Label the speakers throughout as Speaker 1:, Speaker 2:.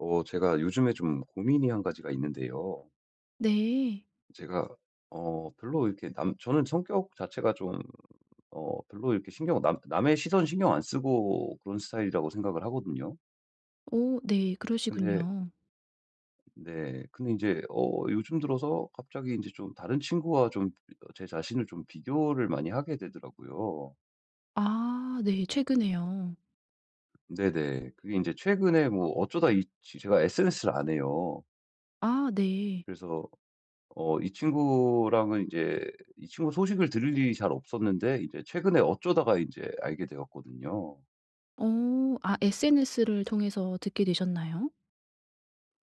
Speaker 1: 제가 요즘에 좀 고민이 한 가지가 있는데요.
Speaker 2: 네.
Speaker 1: 제가, 별로 이렇게 저는 성격 자체가 좀, 별로 이렇게 남의 시선 신경 안 쓰고 그런 스타일이라고 생각을 하거든요.
Speaker 2: 오 네.
Speaker 1: 근데,
Speaker 2: 그러시군요.
Speaker 1: 네. 근데 이제, 요즘 들어서 갑자기 이제 좀 다른 친구와 좀 제 자신을 좀 비교를 많이 하게 되더라고요.
Speaker 2: 아 네. 최근에요.
Speaker 1: 네네. 그게 이제 최근에 뭐 어쩌다 제가 SNS를 안 해요.
Speaker 2: 아 네.
Speaker 1: 그래서 이 친구랑은 이제 이 친구 소식을 들을 일이 잘 없었는데 이제 최근에 어쩌다가 이제 알게 되었거든요.
Speaker 2: 어 아 SNS를 통해서 듣게 되셨나요?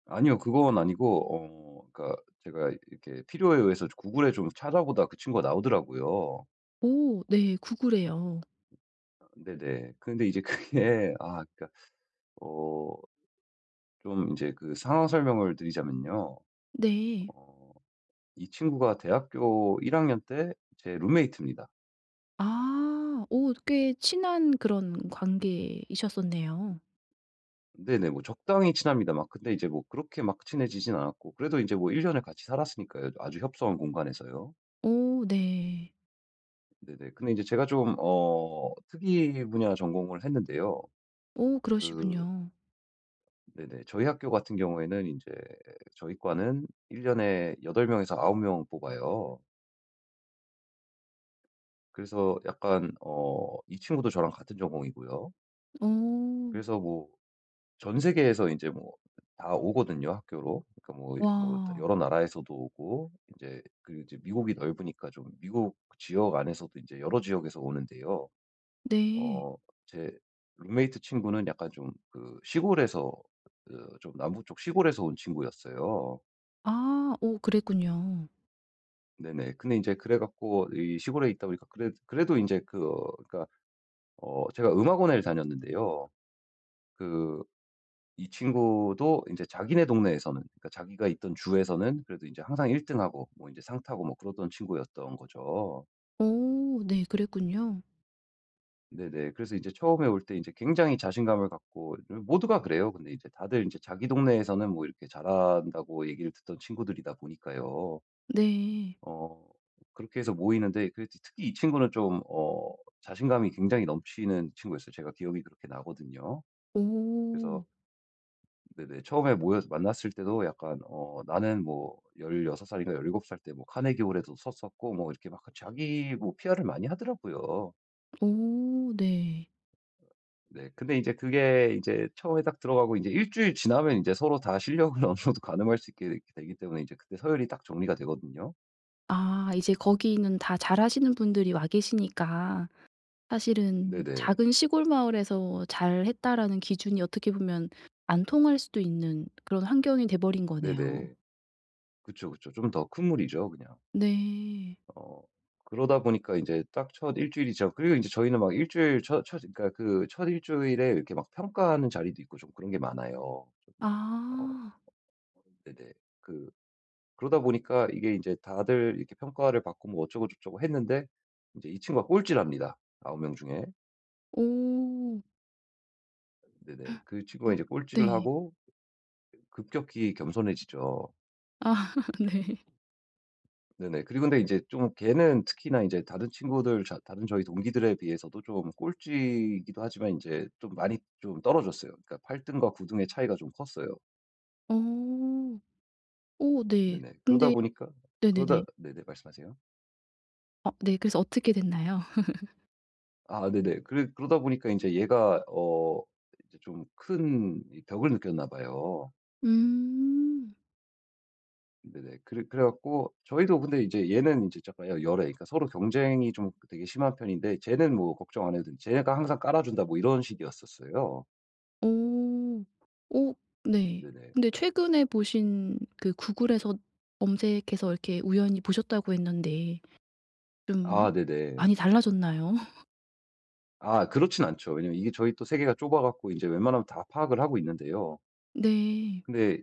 Speaker 1: 아니요. 그건 아니고 그러니까 제가 이렇게 필요에 의해서 구글에 좀 찾아보다 그 친구가 나오더라고요.
Speaker 2: 오 네. 구글에요.
Speaker 1: 아 네네. 근데 이제 그게 아 그러니까 어 좀 이제 그 상황 설명을 드리자면요.
Speaker 2: 네.
Speaker 1: 어 이 친구가 대학교 1 학년 때 제 룸메이트입니다.
Speaker 2: 아 오 꽤 친한 그런 관계이셨었네요.
Speaker 1: 네네. 뭐 적당히 친합니다. 막 근데 이제 뭐 그렇게 막 친해지진 않았고 그래도 이제뭐 1 년을 같이 살았으니까요. 아주 협소한 공간에서요.
Speaker 2: 오 네.
Speaker 1: 네네. 근데 이제 제가 좀 특이 분야 전공을 했는데요.
Speaker 2: 오
Speaker 1: 그
Speaker 2: 그러시군요.
Speaker 1: 네네. 저희 학교 같은 경우에는 이제 저희 과는 1 년에 8 명에서 9명 뽑아요. 그래서 약간 이 친구도 저랑 같은 전공이고요.
Speaker 2: 오
Speaker 1: 그래서 뭐 전 세계에서 이제 뭐 다 오거든요, 학교로. 그러니까 뭐
Speaker 2: 와
Speaker 1: 뭐 다 여러 나라에서도 오고 이제 그 이제 미국이 넓으니까 좀 미국 지역 안에서도 이제 여러 지역에서 오는데요.
Speaker 2: 네.
Speaker 1: 어 제 룸메이트 친구는 약간 좀 그 시골에서 좀 남부 쪽 시골에서 온 친구였어요.
Speaker 2: 아 오 그랬군요.
Speaker 1: 네네. 근데 이제 그래 갖고 이 시골에 있다 보니까 그래도 이제 그 그러니까 제가 음악원을 다녔는데요. 그 이 친구도 이제 자기네 동네에서는 그러니까 자기가 있던 주에서는 그래도 이제 항상 1 등하고 뭐 이제 상 타고 뭐 그러던 친구였던 거죠.
Speaker 2: 오 네 그랬군요.
Speaker 1: 네네. 그래서 이제 처음에 올 때 이제 굉장히 자신감을 갖고 모두가 그래요. 근데 이제 다들 이제 자기 동네에서는 뭐 이렇게 잘한다고 얘기를 듣던 친구들이다 보니까요.
Speaker 2: 네.
Speaker 1: 어 그렇게 해서 모이는데 그 특 특히 이 친구는 좀 자신감이 굉장히 넘치는 친구였어요. 제가 기억이 그렇게 나거든요. 그래서
Speaker 2: 오.
Speaker 1: 네네. 처음에 모여 만났을 때도 약간 나는 뭐 16 살인가 17살 때 뭐 카네기 홀에도 섰었고 뭐 이렇게 막 자기 뭐 PR을 많이 하더라고요.
Speaker 2: 오 네.
Speaker 1: 네. 근데 이제 그게 이제 처음에 딱 들어가고 이제 일 주일 지나면 이제 서로 다 실력을 어느 정도 가늠할 수 있게 되기 때문에 이제 그때 서열이 딱 정리가 되거든요.
Speaker 2: 아 이제 거기는 다 잘하시는 분들이 와 계시니까 사실은
Speaker 1: 네네.
Speaker 2: 작은 시골 마을에서 잘했다라는 기준이 어떻게 보면 안 통할 수도 있는 그런 환경이 돼 버린 거네요.
Speaker 1: 네네. 그쵸, 그쵸. 좀 더 큰 무리죠 그냥.
Speaker 2: 네.
Speaker 1: 어 그러다 보니까 이제 딱 첫 일 주일이 지나 그리고 이제 저희는 막 일 주일 첫 그러니까 그 첫 일 주일에 이렇게 막 평가하는 자리도 있고 좀 그런 게 많아요. 어
Speaker 2: 아.
Speaker 1: 네네. 그 그러다 보니까 이게 이제 다들 이렇게 평가를 받고 뭐 어쩌고저쩌고 했는데 이제 이 친구가 꼴찌랍니다, 9명 중에.
Speaker 2: 오.
Speaker 1: 네네. 그
Speaker 2: 어
Speaker 1: 친구가 이제 꼴찌를
Speaker 2: 네.
Speaker 1: 하고 급격히 겸손해지죠.
Speaker 2: 아 네.
Speaker 1: 네네. 그리고 근데 이제 좀 걔는 특히나 이제 다른 친구들 자 다른 저희 동기들에 비해서도 좀 꼴찌이기도 하지만 이제 좀 많이 좀 떨어졌어요. 그러니까 8 등과 9 등의 차이가 좀 컸어요.
Speaker 2: 오. 오 네.
Speaker 1: 네네. 그러다
Speaker 2: 근데
Speaker 1: 보니까
Speaker 2: 네네네.
Speaker 1: 그러다 네네 말씀하세요.
Speaker 2: 어 네 그래서 어떻게 됐나요?
Speaker 1: 아 네네. 그래 그러다 보니까 이제 얘가 이제 좀 큰 벽을 느꼈나 봐요.
Speaker 2: 음.
Speaker 1: 네네. 그래 갖고 저희도 근데 이제 얘는 이제 약간 여 열애 그러니까 서로 경쟁이 좀 되게 심한 편인데 쟤는 뭐 걱정 안 해도 돼. 쟤가 항상 깔아 준다 뭐 이런 식이었었어요.
Speaker 2: 오 오 네.
Speaker 1: 네네.
Speaker 2: 근데 최근에 보신 그 구글에서 검색해서 이렇게 우연히 보셨다고 했는데 좀
Speaker 1: 아 네네.
Speaker 2: 많이 달라졌나요?
Speaker 1: 아 그렇진 않죠. 왜냐면 이게 저희 또 세계가 좁아 갖고 이제 웬만하면 다 파악을 하고 있는데요.
Speaker 2: 네.
Speaker 1: 근데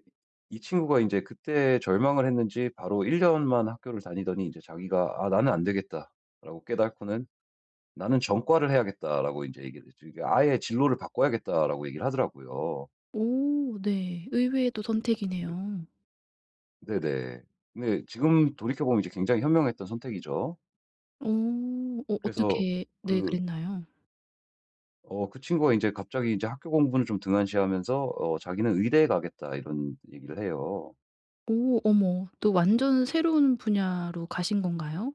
Speaker 1: 이 친구가 이제 그때 절망을 했는지 바로 1 년만 학교를 다니더니 이제 자기가 '아 나는 안 되겠다.'라고 깨닫고는 "나는 전과를 해야겠다."라고 이제 얘기를 했죠. 이게 "아예 진로를 바꿔야겠다."라고 얘기를 하더라고요.
Speaker 2: 오 네. 의외의 또 선택이네요.
Speaker 1: 네, 네네. 근데 지금 돌이켜 보면 이제 굉장히 현명했던 선택이죠.
Speaker 2: 오
Speaker 1: 그래서
Speaker 2: 어떻게 네
Speaker 1: 그
Speaker 2: 그랬나요?
Speaker 1: 그 친구가 이제 갑자기 이제 학교 공부는 좀 등한시하면서 자기는 "의대에 가겠다." 이런 얘기를 해요.
Speaker 2: 오 어머. 또 완전 새로운 분야로 가신 건가요?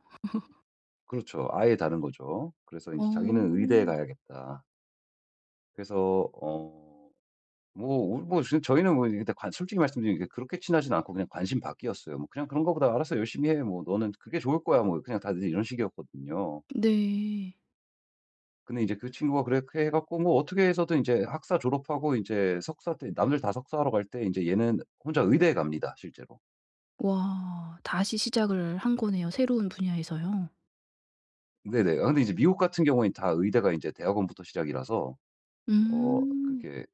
Speaker 1: 그렇죠. 아예 다른 거죠. 그래서 이
Speaker 2: 어.
Speaker 1: 제 자기는 "의대에 가야겠다." 그래서 뭐 우 뭐 지금 저희는 뭐 근데 관 솔직히 말씀드리면 이게 그렇게 친하진 않고 그냥 관심받기였어요. 뭐 "그냥 그런 거보다 알아서 열심히 해. 뭐 너는 그게 좋을 거야." 뭐 그냥 다들 이런 식이었거든요.
Speaker 2: 네.
Speaker 1: 근데 이제 그 친구가 그렇게 해 갖고 뭐 어떻게 해서든 이제 학사 졸업하고 이제 석사 때 남들 다 석사하러 갈 때 이제 얘는 혼자 의대에 갑니다 실제로.
Speaker 2: 와 다시 시작을 한 거네요, 새로운 분야에서요.
Speaker 1: 네네. 아 근데 이제 미국 같은 경우엔 다 의대가 이제 대학원부터 시작이라서
Speaker 2: 음.
Speaker 1: 그게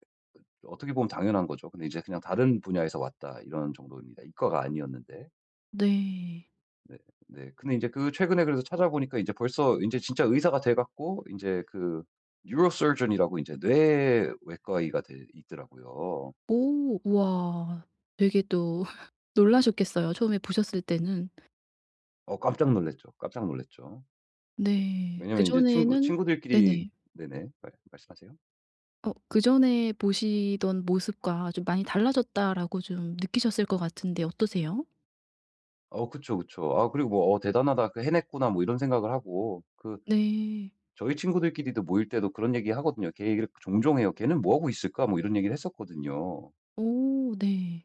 Speaker 1: 어떻게 보면 당연한 거죠. 근데 이제 그냥 다른 분야에서 왔다 이런 정도입니다. 이과가 아니었는데.
Speaker 2: 네.
Speaker 1: 네. 네. 근데 인제 그 최근에 그래서 찾아보니까 인제 벌써 인제 진짜 의사가 돼 갖고 인제 그 neurosurgeon 이라고 인제 뇌외과 의가 돼 있더라고요.
Speaker 2: 오 우와. 되게 또 놀라셨겠어요 처음에 보셨을 때는.
Speaker 1: 어 깜짝 놀랐죠. 깜짝 놀랐죠.
Speaker 2: 네.
Speaker 1: 왜냐면 인제 친구
Speaker 2: 그전에는
Speaker 1: 친구들끼리
Speaker 2: 네네.
Speaker 1: 네네. 말 말씀하세요.
Speaker 2: 그전에 보시던 모습과 좀 많이 달라졌다라고 좀 느끼셨을 것 같은데 어떠세요?
Speaker 1: 그쵸, 그쵸. 아 그리고 뭐 '어 대단하다. 그 해냈구나.' 뭐 이런 생각을 하고
Speaker 2: 네.
Speaker 1: 저희 친구들끼리도 모일 때도 그런 얘기하거든요. 걔 얘기를 종종 해요. "걔는 뭐 하고 있을까?" 뭐 이런 얘기를 했었거든요.
Speaker 2: 오 네.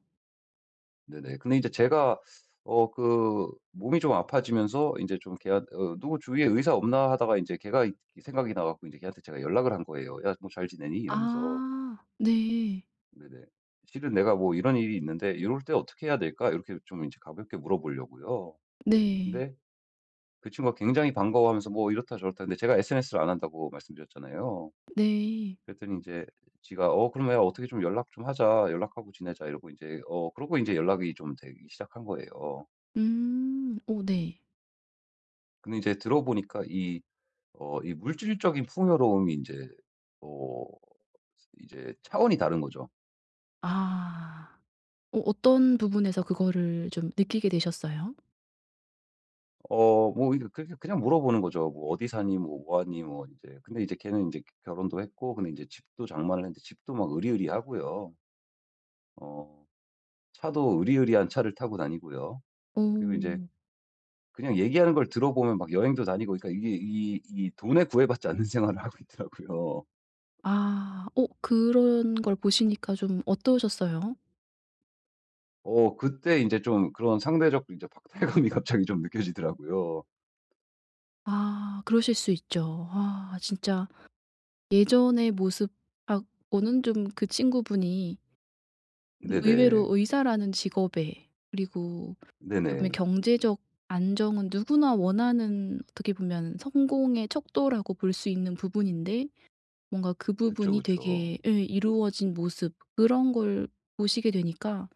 Speaker 1: 네네. 근데 이제 제가 그 몸이 좀 아파지면서 인제 좀 걔한 '누구 주위에 의사 없나?' 하다가 인제 걔가 이 생각이 나 갖고 인제 걔한테 제가 연락을 한 거예요. "야 뭐 잘 지내니?" 이러면서.
Speaker 2: 아 네.
Speaker 1: 네네. "실은 내가 뭐 이런 일이 있는데 이럴 때 어떻게 해야 될까?" 이렇게 좀 인제 가볍게 물어보려고요.
Speaker 2: 네.
Speaker 1: 근데 그 친구가 굉장히 반가워하면서 뭐 이렇다 저렇다 했는데 제가 SNS를 안 한다고 말씀드렸잖아요.
Speaker 2: 네.
Speaker 1: 그랬더니 인제 지가 "어 그럼 야 어떻게 좀 연락 좀 하자. 연락하고 지내자." 이러고 인제 그러고 인제 연락이 좀 되기 시작한 거예요.
Speaker 2: 음. 오 네.
Speaker 1: 근데 이제 들어보니까 이 이 물질적인 풍요로움이 이제 어 이제 차원이 다른 거죠.
Speaker 2: 아. 어떤 부분에서 그거를 좀 느끼게 되셨어요?
Speaker 1: 뭐 이렇게 그렇게 그냥 물어보는 거죠. 뭐 "어디 사니?" 뭐 "뭐 하니?" 뭐 이제 근데 이제 걔는 이제 결혼도 했고 근데 이제 집도 장만을 했는데 집도 막 으리으리하고요. 어 차도 으리으리한 차를 타고 다니고요. 그리고 이제
Speaker 2: 오.
Speaker 1: 그냥 얘기하는 걸 들어보면 막 여행도 다니고 그러니까 이게 이 돈에 구애받지 않는 생활을 하고 있더라고요.
Speaker 2: 아. 그런 걸 보시니까 좀 어떠셨어요?
Speaker 1: 그때 이제 좀 그런 상대적 이제 박탈감이 갑자기 좀 느껴지더라고요.
Speaker 2: 아 그러실 수 있죠. 아 진짜 예전의 모습하고는 좀 그 친구분이 좀 의외로
Speaker 1: 네네.
Speaker 2: 의사라는 직업에 그리고 어떻게 보면
Speaker 1: 네네.
Speaker 2: 경제적 안정은 누구나 원하는 어떻게 보면 성공의 척도라고 볼 수 있는 부분인데 뭔가 그
Speaker 1: 그쵸,
Speaker 2: 부분이
Speaker 1: 그쵸.
Speaker 2: 되게 예 이루어진 모습 그런 걸 보시게 되니까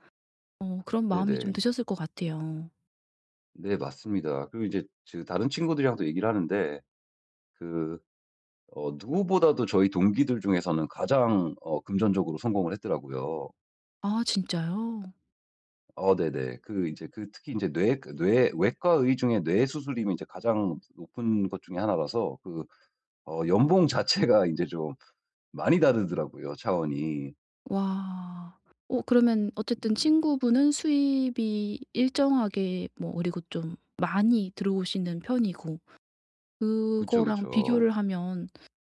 Speaker 2: 그런 마음이 좀
Speaker 1: 네네.
Speaker 2: 드셨을 것 같아요.
Speaker 1: 네 맞습니다. 그리고 이제 다른 친구들이랑도 얘기를 하는데 그 누구보다도 저희 동기들 중에서는 가장 금전적으로 성공을 했더라고요.
Speaker 2: 아 진짜요?
Speaker 1: 네네. 특히 이제뇌 그 뇌 외과 의 중에 뇌 수술임이 이제 가장 높은 것 중에 하나라서 연봉 자체가 이제 좀 많이 다르더라고요, 차원이.
Speaker 2: 와. 그러면 어쨌든
Speaker 1: 네네.
Speaker 2: 친구분은 수입이 일정하게 뭐 그리고 좀 많이 들어오시는 편이고
Speaker 1: 그쵸,
Speaker 2: 그거랑
Speaker 1: 그쵸.
Speaker 2: 비교를 하면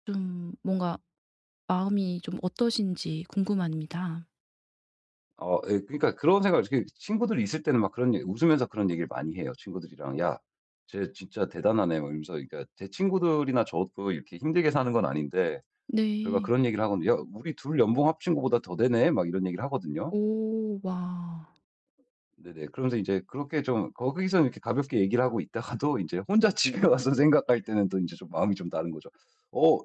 Speaker 2: 좀 뭔가 마음이 좀 어떠신지 궁금합니다.
Speaker 1: 예 그러니까 그런 생각을 그 친구들이 있을 때는 막 그런 얘기 웃으면서 그런 얘기를 많이 해요. 친구들이랑 "야 쟤 진짜 대단하네." 뭐 이러면서 그러니까 제 친구들이나 저도 이렇게 힘들게 사는 건 아닌데 저희가
Speaker 2: 네.
Speaker 1: 그런 얘기를 하거든요. "야 우리 둘 연봉 합친 거보다 더 되네." 막 이런 얘기를 하거든요.
Speaker 2: 오 와.
Speaker 1: 네네. 그러면서 이제 그렇게 좀 거기서 이렇게 가볍게 얘기를 하고 있다가도 이제 혼자 집에 와서 생각할 때는 또 이제 좀 마음이 좀 다른 거죠. '어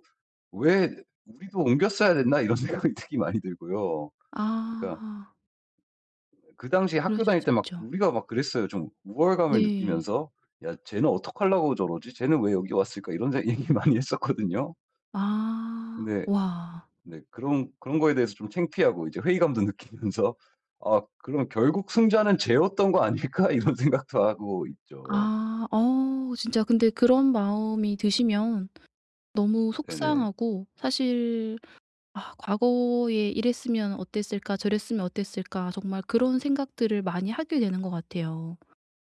Speaker 1: 왜 우리도 옮겼어야 됐나?' 이런 생각이 되게 많이 들고요. 그러니까
Speaker 2: 아
Speaker 1: 그 당시 학교
Speaker 2: 그러실
Speaker 1: 다닐
Speaker 2: 수
Speaker 1: 때 막
Speaker 2: 있죠.
Speaker 1: 우리가 막 그랬어요. 좀 우월감을
Speaker 2: 네.
Speaker 1: 느끼면서 '야 쟤는 어떡하려고 저러지? 쟤는 왜 여기 왔을까?' 이런 얘기 많이 했었거든요.
Speaker 2: 아
Speaker 1: 근데
Speaker 2: 와.
Speaker 1: 네 그런 거에 대해서 좀 창피하고 이제 회의감도 느끼면서 '아 그럼 결국 승자는 쟤였던 거 아닐까?' 이런 생각도 하고 있죠.
Speaker 2: 아 진짜 근데 그런 마음이 드시면 너무
Speaker 1: 네네.
Speaker 2: 속상하고 사실 아 '과거에 이랬으면 어땠을까? 저랬으면 어땠을까?' 정말 그런 생각들을 많이 하게 되는 것 같아요.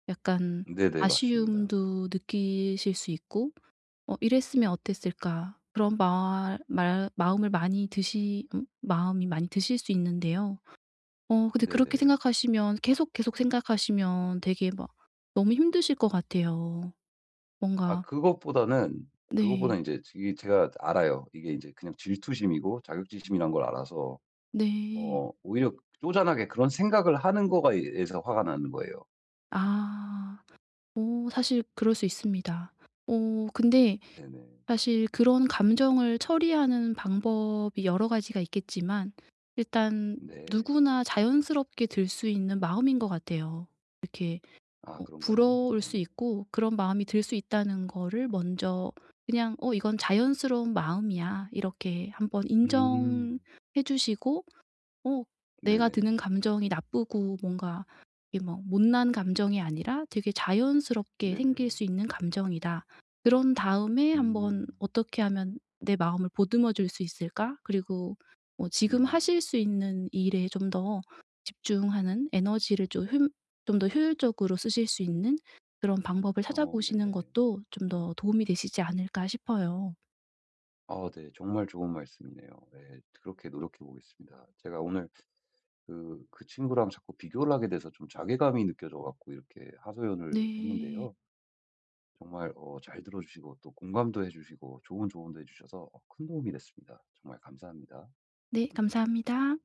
Speaker 2: 약간
Speaker 1: 네네. 맞습니다.
Speaker 2: 아쉬움도 느끼실 수 있고 '어 이랬으면 어땠을까?' 그런 마, 말 마음을 많이 드시 마음이 많이 드실 수 있는데요. 근데 그렇게
Speaker 1: 네네.
Speaker 2: 생각하시면 계속 생각하시면 되게 막 너무 힘드실 것 같아요.
Speaker 1: 아
Speaker 2: 뭔가
Speaker 1: 그것보다는
Speaker 2: 네.
Speaker 1: 그것보다는 이제 이 제가 알아요. 이게 이제 그냥 질투심이고 자격지심이란 걸 알아서
Speaker 2: 네.
Speaker 1: 오히려 쪼잔하게 그런 생각을 하는 거가 에서 화가 나는 거예요.
Speaker 2: 아. 오 사실 그럴 수 있습니다. 근데
Speaker 1: 네네.
Speaker 2: 사실 그런 감정을 처리하는 방법이 여러 가지가 있겠지만 일단
Speaker 1: 네.
Speaker 2: 누구나 자연스럽게 들 수 있는 마음인 것 같아요. 이렇게
Speaker 1: 아 그런가요?
Speaker 2: 부러울 수
Speaker 1: 네네.
Speaker 2: 있고 그런 마음이 들 수 있다는 거를 먼저 그냥 '어 이건 자연스러운 마음이야.' 이렇게 한번 인정해
Speaker 1: 음.
Speaker 2: 주시고 어 내가
Speaker 1: 네네.
Speaker 2: 드는 감정이 나쁘고 뭔가 이게 뭐 못난 감정이 아니라 되게 자연스럽게 생길
Speaker 1: 네네.
Speaker 2: 수 있는 감정이다. 그런 다음에 한번
Speaker 1: 음.
Speaker 2: '어떻게 하면 내 마음을 보듬어 줄 수 있을까?' 그리고 뭐 지금
Speaker 1: 음.
Speaker 2: 하실 수 있는 일에 좀 더 집중하는 에너지를 좀좀더 효율적으로 쓰실 수 있는 그런 방법을 찾아보시는
Speaker 1: 네네.
Speaker 2: 것도 좀 더 도움이 되시지 않을까 싶어요.
Speaker 1: 아 네. 정말 좋은 말씀이네요. 네, 그렇게 노력해 보겠습니다. 제가 오늘 그 친구랑 자꾸 비교를 하게 돼서 좀 자괴감이 느껴져 갖고 이렇게 하소연을
Speaker 2: 네.
Speaker 1: 했는데요. 정말 잘 들어 주시고 또 공감도 해 주시고 좋은 조언도 해 주셔서 큰 도움이 됐습니다. 정말 감사합니다.
Speaker 2: 네 감사합니다.